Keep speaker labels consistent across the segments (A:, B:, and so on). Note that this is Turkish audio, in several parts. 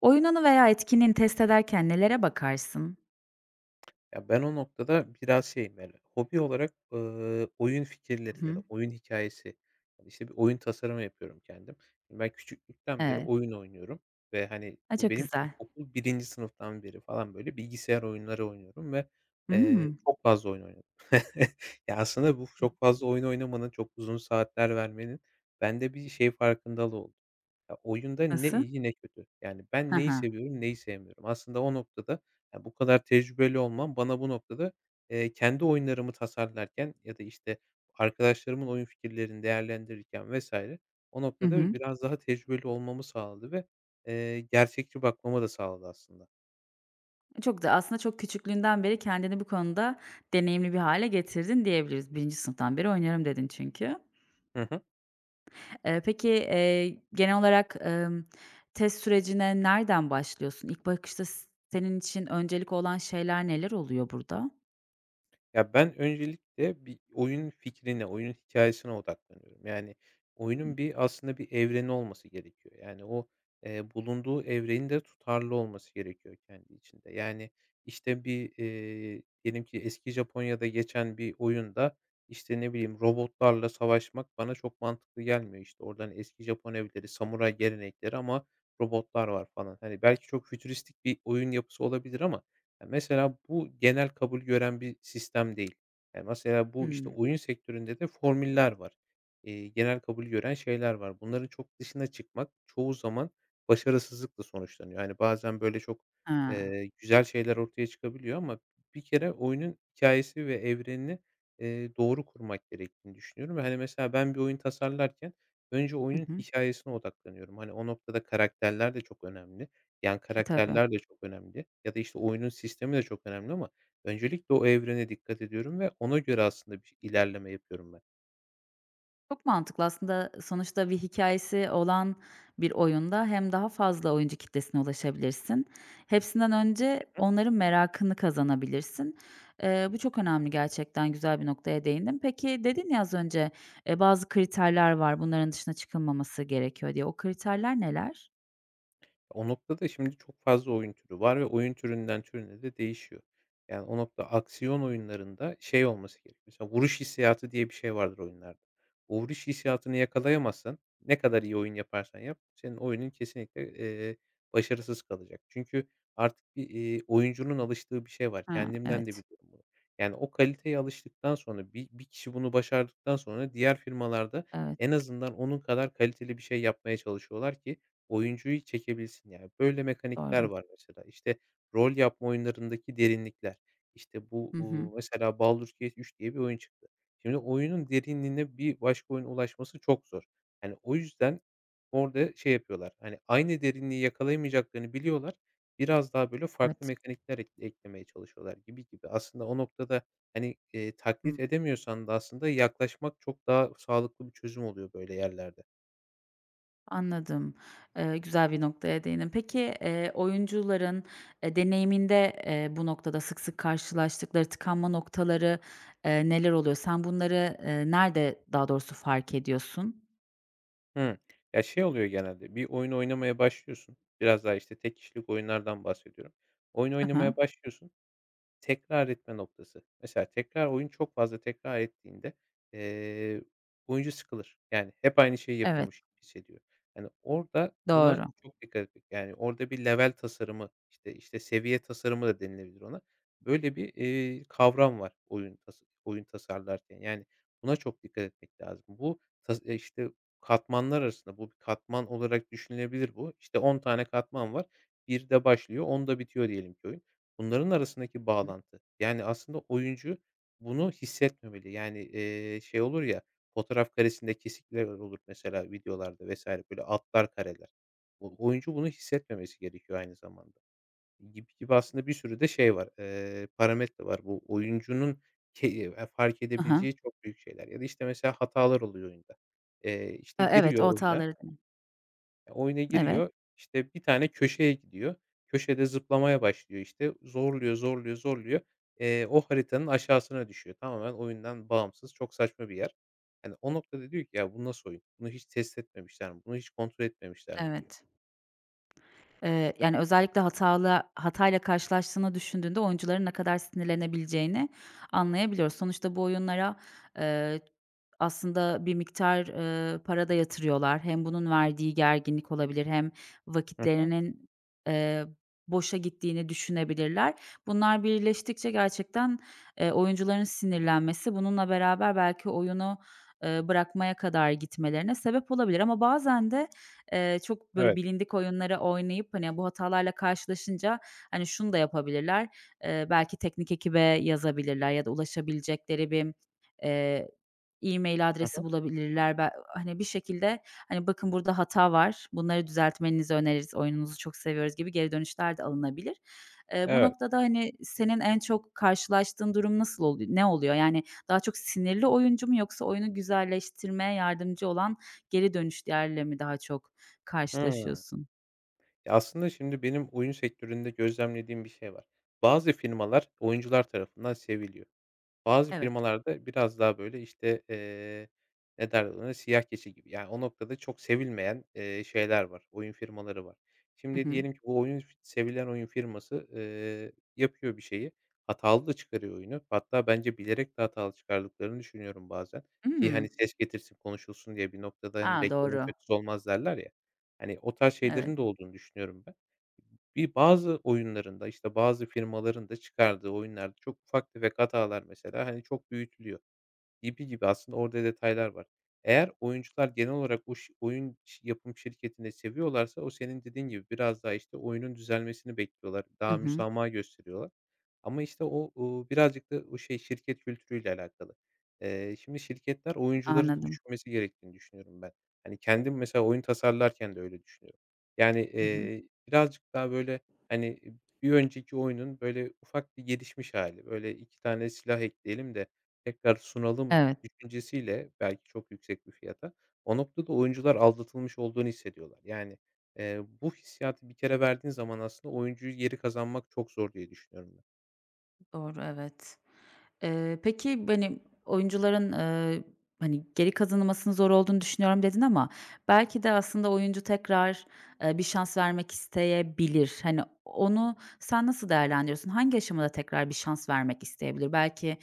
A: Oyununu veya etkinliğini test ederken nelere bakarsın?
B: Ya, ben o noktada biraz şeyim, yani, hobi olarak, oyun fikirleri
A: Hı
B: ya
A: hı.
B: da oyun hikayesi hani, işte, bir oyun tasarımı yapıyorum kendim. Şimdi ben küçüklükten beri
A: Evet.
B: oyun oynuyorum ve, hani,
A: A,
B: bu
A: çok
B: benim
A: güzel.
B: ilkokul birinci sınıftan beri falan, böyle, bilgisayar oyunları oynuyorum ve,
A: Hımm.
B: çok fazla oyun oynadım. Ya, aslında bu çok fazla oyun oynamanın, çok uzun saatler vermenin bende bir şey farkındalığı oldu. Ya, oyunda ne
A: Nasıl?
B: iyi ne kötü. Yani
A: Hı
B: ben neyi
A: hı.
B: seviyorum, neyi sevmiyorum. Aslında o noktada, ya, bu kadar tecrübeli olmam bana bu noktada, kendi oyunlarımı tasarlarken ya da, işte, arkadaşlarımın oyun fikirlerini değerlendirirken vesaire o
A: Hı
B: noktada
A: hı.
B: biraz daha tecrübeli olmamı sağladı ve, gerçekçi bakmama da sağladı aslında.
A: Çok da aslında çok küçüklüğünden beri kendini bu konuda deneyimli bir hâle getirdin diyebiliriz. Birinci sınıftan beri oynarım dedin çünkü.
B: Hı hı.
A: Peki, genel olarak, test sürecine nereden başlıyorsun? İlk bakışta senin için öncelik olan şeyler neler oluyor burada?
B: Ya, ben öncelikle bir oyun fikrine, oyunun hikayesine odaklanıyorum. Yani,
A: Hıı.
B: oyunun bir aslında bir evreni olması gerekiyor. Yani, o, bulunduğu evrenin de tutarlı olması gerekiyor kendi içinde. Yani, işte, bir, diyelim ki eski Japonya'da geçen bir oyunda, işte, ne bileyim, robotlarla savaşmak bana çok mantıklı gelmiyor. İşte, oradan eski Japon evleri, samuray gelenekleri ama robotlar var falan. Hani, belki çok fütüristik bir oyun yapısı olabilir ama mesela bu genel kabul gören bir sistem değil. Ya, mesela bu, işte,
A: Hımm.
B: oyun sektöründe de formüller var. Genel kabul gören şeyler var. Bunların çok dışına çıkmak çoğu zaman başarısızlıkla sonuçlanıyor. Yani bazen böyle çok,
A: Ha.
B: güzel şeyler ortaya çıkabiliyor ama bir kere oyunun hikâyesi ve evrenini, doğru kurmak gerektiğini düşünüyorum ve, hani, mesela ben bir oyun tasarlarken önce
A: Hı
B: oyunun
A: hı.
B: hikayesine odaklanıyorum. Hani, o noktada karakterler de çok önemli. Yani,
A: E, tabii.
B: karakterler de çok önemli ya da, işte, oyunun sistemi de çok önemli ama öncelikle o evrene dikkat ediyorum ve ona göre aslında bir ilerleme yapıyorum ben.
A: Çok mantıklı, aslında sonuçta bir hikâyesi olan bir oyunda hem daha fazla oyuncu kitlesine ulaşabilirsin. Hepsinden önce onların merakını kazanabilirsin. Bu çok önemli gerçekten, güzel bir noktaya değindin. Peki, dedin ya az önce, bazı kriterler var, bunların dışına çıkılmaması gerekiyor diye. O kriterler neler?
B: O noktada şimdi çok fazla oyun türü var ve oyun türünden türüne de değişiyor. Yani o nokta aksiyon oyunlarında şey olması gerekiyor. Mesela vuruş hissiyatı diye bir şey vardır oyunlarda. O vuruş hissiyatını yakalayamazsan ne kadar iyi oyun yaparsan yap senin oyunun kesinlikle, başarısız kalacak. Çünkü artık bir, oyuncunun alıştığı bir şey var.
A: Ha,
B: Kendimden de
A: evet.
B: biliyorum bunu. Yani o kaliteye alıştıktan sonra bir kişi bunu başardıktan sonra diğer firmalarda
A: Evet,
B: en azından onun kadar kaliteli bir şey yapmaya çalışıyorlar ki oyuncuyu çekebilsin. Yani, böyle mekanikler
A: doğru.
B: var mesela. İşte, rol yapma oyunlarındaki derinlikler. İşte, bu,
A: Hı hı.
B: mesela Baldur's Gate 3 diye bir oyun çıktı. Şimdi oyunun derinliğine bir başka oyun ulaşması çok zor. Hani, o yüzden orada şey yapıyorlar, hani, aynı derinliği yakalayamayacaklarını biliyorlar. Biraz daha, böyle, farklı
A: Evet.
B: mekanikler eklemeye çalışıyorlar gibi gibi. Aslında o noktada, hani, taklit
A: Hımm.
B: edemiyorsan da aslında yaklaşmak çok daha sağlıklı bir çözüm oluyor böyle yerlerde.
A: Anladım. Güzel bir noktaya değindin. Peki, oyuncuların, deneyiminde, bu noktada sık sık karşılaştıkları tıkanma noktaları, neler oluyor? Sen bunları, nerede, daha doğrusu, fark ediyorsun?
B: Hıı. Ya, şey oluyor genelde, bir oyun oynamaya başlıyorsun. Biraz daha, işte, tek kişilik oyunlardan bahsediyorum. Oyun
A: Hı.
B: oynamaya başlıyorsun. Tekrar etme noktası. Mesela tekrar oyun çok fazla tekrar ettiğinde, eee, oyuncu sıkılır. Yani hep aynı şeyi
A: Evet,
B: yapıyormuş gibi hissediyor. Yani orada buna
A: doğru.
B: çok dikkat etmek. Yani orada bir level tasarımı, işte seviye tasarımı da denilebilir ona. Böyle bir, kavram var oyun tasarlarken. Yani buna çok dikkat etmek lazım. Bu tas işte katmanlar arasında bu bir katman olarak düşünülebilir bu. İşte 10 tane katman var. Bir de başlıyor, on da bitiyor diyelim ki oyun. Bunların arasındaki bağlantı. Yani, aslında oyuncu bunu hissetmemeli. Yani, şey olur ya, fotoğraf karesinde kesikler olur mesela videolarda vs. böyle atlar kareler. O oyuncu bunu hissetmemesi gerekiyor aynı zamanda. Gibi gibi aslında bir sürü de şey var, parametre var. Bu oyuncunun ke fark
A: Hı hı.
B: edebileceği çok büyük şeyler ya da, işte, mesela hatalar oluyor oyunda.
A: E,
B: İşte,
A: evet, o hataları.
B: oyuna
A: Evet,
B: giriyor, işte, bir tane köşeye gidiyor. Köşede zıplamaya başlıyor, işte, zorluyor, zorluyor, zorluyor. O haritanın aşağısına düşüyor. Tamamen oyundan bağımsız, çok saçma bir yer. Yani o noktada diyor ki, "Ya, bu nasıl oyun? Bunu hiç test etmemişler mi? Bunu hiç kontrol etmemişler mi?" diyor.
A: evet. Yani, özellikle hatayla karşılaştığını düşündüğünde oyuncuların ne kadar sinirlenebileceğini anlayabiliyoruz. Sonuçta bu oyunlara, eee, aslında bir miktar, para da yatırıyorlar. Hem bunun verdiği gerginlik olabilir hem
B: Hı hı.
A: vakitlerinin, eee, boşa gittiğini düşünebilirler. Bunlar birleştikçe gerçekten, oyuncuların sinirlenmesi, bununla beraber belki oyunu, bırakmaya kadar gitmelerine sebep olabilir ama bazen de, çok böyle
B: Evet.
A: bilindik oyunları oynayıp, hani, bu hatalarla karşılaşınca, hani, şunu da yapabilirler, belki teknik ekibe yazabilirler ya da ulaşabilecekleri bir, eee, e-mail
B: Hı
A: adresi
B: hı.
A: bulabilirler. Hani, bir şekilde, hani, "Bakın burada hata var, bunları düzeltmenizi öneririz, oyununuzu çok seviyoruz." gibi geri dönüşler de alınabilir. Bu
B: Evet.
A: noktada, hani, senin en çok karşılaştığın durum nasıl oluyor? Ne oluyor? Yani daha çok sinirli oyuncu mu, yoksa oyunu güzelleştirmeye yardımcı olan geri dönüşlerle mi daha çok
B: Hımm.
A: karşılaşıyorsun?
B: Ya, aslında şimdi benim oyun sektöründe gözlemlediğim bir şey var. Bazı firmalar oyuncular tarafından seviliyor. Bazı
A: Evet.
B: firmalarda biraz daha, böyle, işte, ne derler ona, siyah keçi gibi. Yani, o noktada çok sevilmeyen, şeyler var, oyun firmaları var.
A: Hı
B: Şimdi
A: hı.
B: diyelim ki bu oyun sevilen oyun firması, yapıyor bir şeyi, hatalı da çıkarıyor oyunu. Hatta bence bilerek de hatalı çıkardıklarını düşünüyorum bazen ki, hani,
A: Hımm.
B: ses getirsin, konuşulsun diye bir noktada, hani,
A: Ha,
B: "Reklamın
A: doğru.
B: kötüsü olmaz." derler ya. Hani, o tarz
A: Evet.
B: şeylerin de olduğunu düşünüyorum ben. Bazı oyunlarında işte, bazı firmaların da çıkardığı oyunlarda çok ufak tefek hatalar mesela, hani, çok büyütülüyor. Gibi gibi aslında orada detaylar var. Eğer oyuncular genel olarak o oyun ş yapım şirketini seviyorlarsa o senin dediğin gibi biraz daha, işte, oyunun düzelmesini bekliyorlar.
A: Hı
B: Daha
A: hı.
B: müsamaha gösteriyorlar. Ama, işte, o, birazcık da o şey şirket kültürüyle alakalı. Şimdi şirketler oyuncuları da
A: Anladım.
B: düşünmesi gerektiğini düşünüyorum ben. Hani, kendim mesela oyun tasarlarken de öyle düşünüyorum. Yani,
A: Hı hı.
B: birazcık daha, böyle, hani, bir önceki oyunun, böyle, ufak bir gelişmiş hali, böyle 2 tane silah ekleyelim de tekrar sunalım
A: Evet.
B: düşüncesiyle belki çok yüksek bir fiyata, o noktada oyuncular aldatılmış olduğunu hissediyorlar. Yani, bu hissiyatı bir kere verdiğin zaman aslında oyuncuyu geri kazanmak çok zor diye düşünüyorum ben.
A: Doğru, evet. Peki, hani, oyuncuların, hani, geri kazanılmasının zor olduğunu düşünüyorum dedin ama belki de aslında oyuncu tekrar, bir şans vermek isteyebilir. Hani, onu sen nasıl değerlendiriyorsun? Hangi aşamada tekrar bir şans vermek isteyebilir? Belki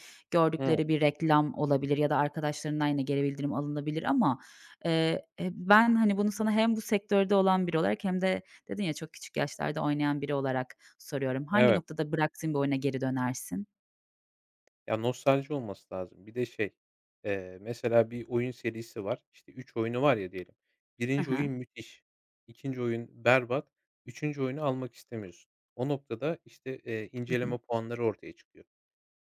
B: Hıı,
A: gördükleri bir reklam olabilir ya da arkadaşlarından yine geri bildirim alınabilir ama, ben, hani, bunu sana hem bu sektörde olan biri olarak hem de, dedin ya, çok küçük yaşlarda oynayan biri olarak soruyorum. Hangi
B: evet.
A: noktada bıraksın bir oyuna geri dönersin?
B: Ya, nostalji olması lazım. Bir de şey, mesela bir oyun serisi var. İşte 3 oyunu var ya diyelim. Birinci
A: Hı.
B: oyun müthiş, 2'nci oyun berbat, üçüncü oyunu almak istemiyorsun. O noktada, işte,
A: Hı hı.
B: inceleme puanları ortaya çıkıyor.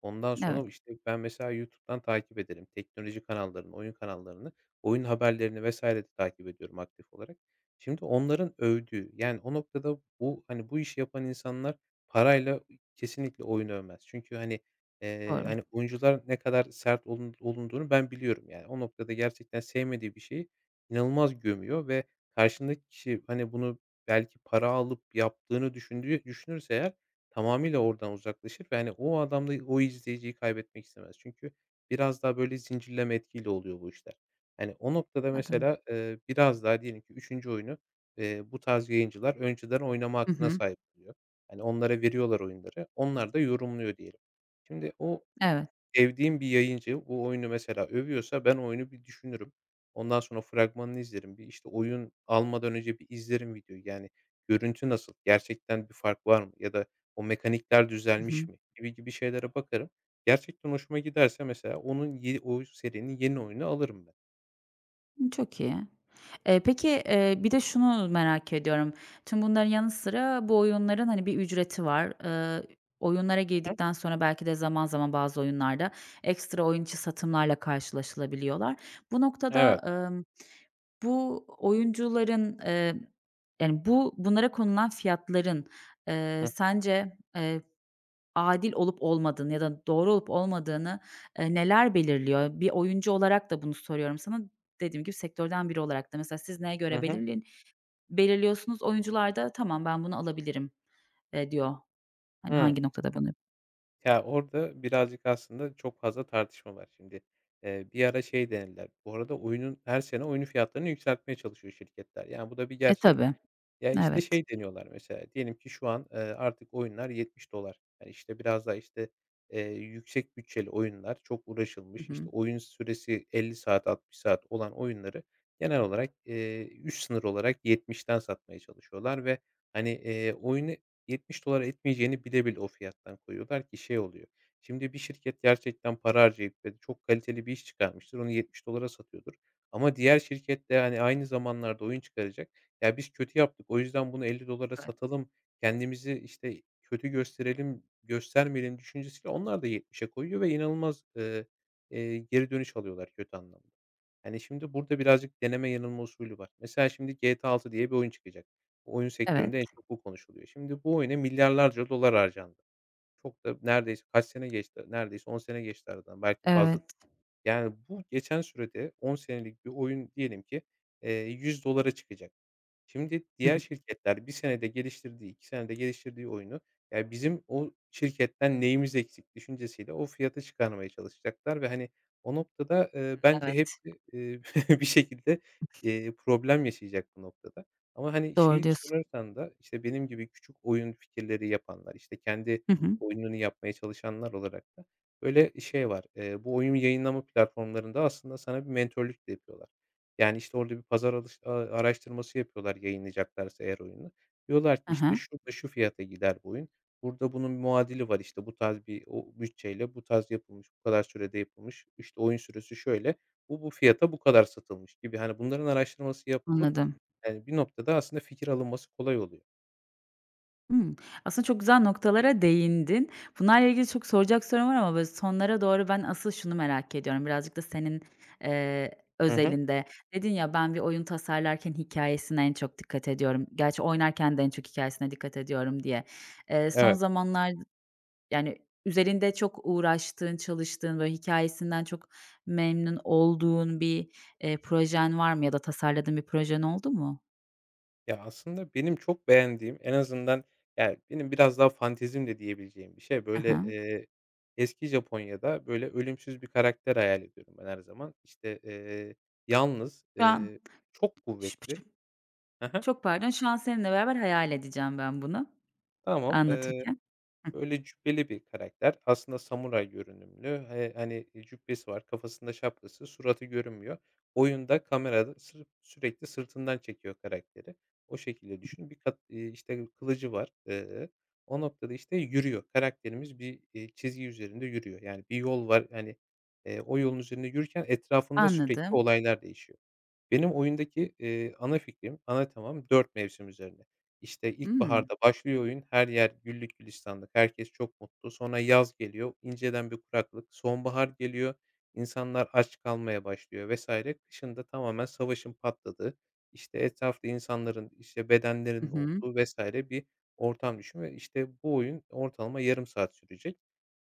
B: Ondan
A: Evet,
B: sonra, işte, ben mesela YouTube'dan takip ederim. Teknoloji kanallarını, oyun kanallarını, oyun haberlerini vesaire de takip ediyorum aktif olarak. Şimdi onların övdüğü, yani, o noktada bu, hani, bu işi yapan insanlar parayla kesinlikle oyun övmez. Çünkü, hani,
A: doğru.
B: hani, oyuncular ne kadar sert olunduğunu ben biliyorum. Yani, o noktada gerçekten sevmediği bir şeyi inanılmaz gömüyor ve karşındaki kişi, hani, bunu belki para alıp yaptığını düşünürse eğer tamamıyla oradan uzaklaşır ve, hani, o adam da o izleyiciyi kaybetmek istemez. Çünkü biraz daha, böyle, zincirleme etkiyle oluyor bu işler. Hani, o noktada
A: Adım
B: mesela, biraz daha diyelim ki üçüncü oyunu, bu tarz yayıncılar önceden oynama
A: Hı
B: hakkına
A: hı.
B: sahip oluyor. Hani, onlara veriyorlar oyunları, onlar da yorumluyor diyelim. Şimdi o
A: Evet.
B: sevdiğim bir yayıncı bu oyunu mesela övüyorsa ben oyunu bir düşünürüm. Ondan sonra fragmanını izlerim. Bir, işte, oyun almadan önce bir izlerim videoyu. Yani görüntü nasıl? Gerçekten bir fark var mı? Ya da o mekanikler
A: Hı
B: düzelmiş
A: hı.
B: mi? Gibi gibi şeylere bakarım. Gerçekten hoşuma giderse mesela onun ye o serinin yeni oyunu alırım ben.
A: Çok iyi. Peki, bir de şunu merak ediyorum. Tüm bunların yanı sıra bu oyunların, hani, bir ücreti var. Oyunlara
B: Hı hı.
A: girdikten sonra belki de zaman zaman bazı oyunlarda ekstra oyun içi satımlarla karşılaşılabiliyorlar. Bu noktada,
B: Evet.
A: emm, bu oyuncuların, yani, bunlara konulan fiyatların,
B: Hı hı.
A: sence, adil olup olmadığını ya da doğru olup olmadığını, neler belirliyor? Bir oyuncu olarak da bunu soruyorum sana. Dediğim gibi, sektörden biri olarak da, mesela siz neye
B: Hı
A: göre
B: hı.
A: belirliyorsunuz? Oyuncular da "Tamam, ben bunu alabilirim." Diyor. Hani, hangi noktada bunu.
B: Ya, orada birazcık aslında çok fazla tartışma var şimdi. Bir ara şey denediler. Bu arada her sene oyunun fiyatlarını yükseltmeye çalışıyor şirketler. Yani bu da bir
A: E,
B: gerçek.
A: tabii.
B: Ya, işte,
A: Evet.
B: şey deniyorlar mesela, diyelim ki şu an, artık oyunlar $70. Yani, işte, biraz daha, işte, yüksek bütçeli oyunlar, çok
A: Hı
B: uğraşılmış,
A: hı.
B: işte, oyun süresi 50 saat, 60 saat olan oyunları genel olarak, üst sınır olarak 70'ten satmaya çalışıyorlar ve, hani, oyunu $70 etmeyeceğini bile bile o fiyattan koyuyorlar ki şey oluyor. Şimdi bir şirket gerçekten para harcayıp ve çok kaliteli bir iş çıkarmıştır, onu $70'e satıyordur ama diğer şirket de, hani, aynı zamanlarda oyun çıkaracak. Ya, biz kötü yaptık, o yüzden bunu $50'ye
A: Evet.
B: satalım, kendimizi, işte, kötü gösterelim, göstermeyelim düşüncesiyle onlar da 70'e koyuyor ve inanılmaz, geri dönüş alıyorlar kötü anlamda. Hani, şimdi burada birazcık deneme yanılma usulü var. Mesela şimdi GTA 6 diye bir oyun çıkacak. Bu oyun
A: Evet.
B: sektöründe en çok bu konuşuluyor. Şimdi bu oyuna milyarlarca dolar harcandı. Çok da neredeyse kaç sene geçti? Neredeyse 10 sene geçti aradan, belki fazla.
A: Evet.
B: Yani, bu geçen sürede 10 senelik bir oyun diyelim ki, $100'e çıkacak. Şimdi
A: Hı
B: diğer
A: hı.
B: şirketler bir senede geliştirdiği, 2 senede geliştirdiği oyunu, ya, bizim o şirketten neyimiz eksik düşüncesiyle o fiyata çıkarmaya çalışacaklar ve, hani, o noktada, bence
A: Evet.
B: hepsi, bir şekilde, problem yaşayacak bu noktada. Ama, hani,
A: Doğru
B: şeyi
A: diyorsun.
B: sorarsan da, işte, benim gibi küçük oyun fikirleri yapanlar, işte, kendi
A: Hı hı.
B: oyununu yapmaya çalışanlar olarak da böyle şey var, bu oyun yayınlama platformlarında aslında sana bir mentörlük de yapıyorlar. Yani, işte, orada bir pazar alış a araştırması yapıyorlar yayınlayacaklarsa eğer oyunu. Diyorlar ki, işte,
A: Hı.
B: şurada şu fiyata gider bu oyun. Burada bunun muadili var, işte, bu tarz bir o bütçeyle bu tarz yapılmış, bu kadar sürede yapılmış, İşte oyun süresi şöyle, bu fiyata bu kadar satılmış gibi. Hani, bunların araştırması yapılıp,
A: Anladım.
B: yani, bir noktada aslında fikir alınması kolay oluyor.
A: Hımm. Aslında çok güzel noktalara değindin. Bunlarla ilgili çok soracak sorum var ama, böyle, sonlara doğru ben asıl şunu merak ediyorum, birazcık da senin,
B: Hı hı.
A: özelinde. Dedin ya, "Ben bir oyun tasarlarken hikayesine en çok dikkat ediyorum. Gerçi oynarken de en çok hikayesine dikkat ediyorum." diye. Son
B: Evet.
A: zamanlar, yani, üzerinde çok uğraştığın, çalıştığın, böyle, hikayesinden çok memnun olduğun bir, projen var mı ya da tasarladığın bir projen oldu mu?
B: Ya, aslında benim çok beğendiğim, en azından, yani, benim biraz daha fantezim de diyebileceğim bir şey.
A: Hı
B: Böyle,
A: hı.
B: eski Japonya'da, böyle, ölümsüz bir karakter hayal ediyorum ben her zaman. İşte, yalnız,
A: Şu an
B: çok kuvvetli. Hı.
A: Çok pardon, şu an seninle beraber hayal edeceğim ben bunu
B: Tamam.
A: anlatırken. Hıh,
B: Böyle cübbeli bir karakter. Aslında samuray görünümlü. He hani, e, cübbesi var, kafasında şapkası, suratı görünmüyor. Oyunda kamerada sırf sürekli sırtından çekiyor karakteri. O şekilde düşün. Bir kat işte kılıcı var. O noktada, işte, yürüyor. Karakterimiz bir, çizgi üzerinde yürüyor. Yani bir yol var. Yani o yolun üzerinde yürürken etrafında sürekli
A: anladım.
B: olaylar değişiyor. Benim oyundaki, ana fikrim, ana temam 4 mevsim üzerine. İşte,
A: Hımm.
B: ilkbaharda başlıyor oyun, her yer güllük gülistanlık, herkes çok mutlu. Sonra yaz geliyor, inceden bir kuraklık. Sonbahar geliyor, insanlar aç kalmaya başlıyor vesaire. Kışında tamamen savaşın patladığı, işte, etrafta insanların, işte,
A: Hı
B: bedenlerin
A: hı.
B: olduğu vesaire bir ortam düşün ve, işte, bu oyun ortalama 0,5 saat sürecek.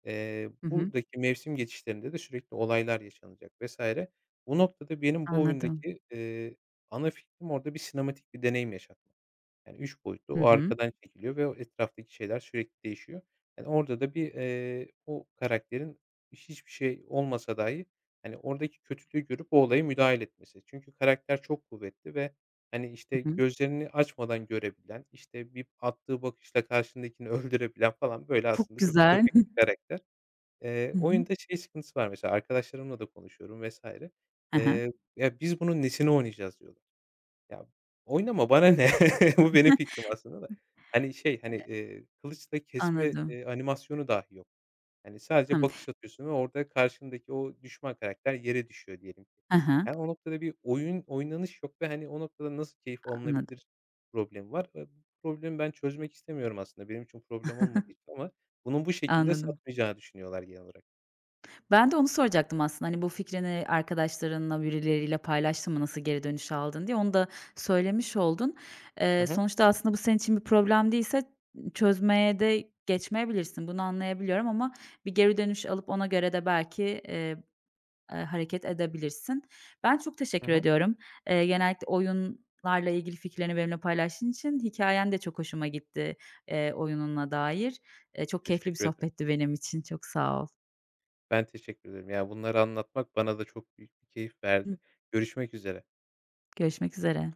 A: Hı hı.
B: Buradaki mevsim geçişlerinde de sürekli olaylar yaşanacak vesaire. O noktada benim bu
A: Anladım.
B: oyundaki, ana fikrim orada bir sinematik bir deneyim yaşatmak. Yani 3 boyutlu
A: Hı
B: o
A: hı.
B: arkadan çekiliyor ve o etraftaki şeyler sürekli değişiyor. Yani orada da bir, o karakterin hiçbir şey olmasa dahi, hani, oradaki kötülüğü görüp o olaya müdahale etmesi. Çünkü karakter çok kuvvetli ve, hani, işte,
A: Hı hı.
B: gözlerini açmadan görebilen, işte, bir attığı bakışla karşındakini öldürebilen falan, böyle,
A: Çok
B: aslında çok
A: güzel.
B: ütopik bir karakter.
A: Hı hı.
B: Oyunda şey sıkıntısı var mesela arkadaşlarımla da konuşuyorum vs.
A: Hı hı.
B: "Ya, biz bunun nesini oynayacağız?" diyorlar. Ya, oynama bana ne? Bu benim fikrim aslında da. Hani, şey, hani, kılıçla kesme,
A: Anladım.
B: animasyonu dahi yok. Hani, sadece
A: Hımm.
B: bakış atıyorsun ve orada karşındaki o düşman karakter yere düşüyor diyelim ki.
A: Hı hı.
B: Yani, o noktada bir oyun oynanış yok ve, hani, o noktada nasıl keyif
A: Anladım,
B: alınabilir problemi var. Ve bu problemi ben çözmek istemiyorum aslında. Benim için problem olmadığı için ama bunun bu şekilde
A: anladım.
B: satmayacağını düşünüyorlar genel olarak.
A: Ben de onu soracaktım aslında. Hani, bu fikrini arkadaşlarınla, birileriyle paylaştın mı, nasıl geri dönüş aldın diye, onu da söylemiş oldun.
B: Hı hı.
A: Sonuçta aslında bu senin için bir problem değilse çözmeye de geçmeyebilirsin. Bunu anlayabiliyorum ama bir geri dönüş alıp ona göre de belki, hareket edebilirsin. Ben çok
B: Hı
A: teşekkür
B: hı.
A: ediyorum. Genellikle oyunlarla ilgili fikirlerini benimle paylaştığın için. Hikayen de çok hoşuma gitti, oyununla dair. Çok keyifli bir
B: Teşekkür ederim.
A: sohbetti benim için. Çok sağ ol.
B: Ben teşekkür ederim. Ya, bunları anlatmak bana da çok büyük bir keyif
A: Hı.
B: verdi. Görüşmek üzere.
A: Görüşmek üzere.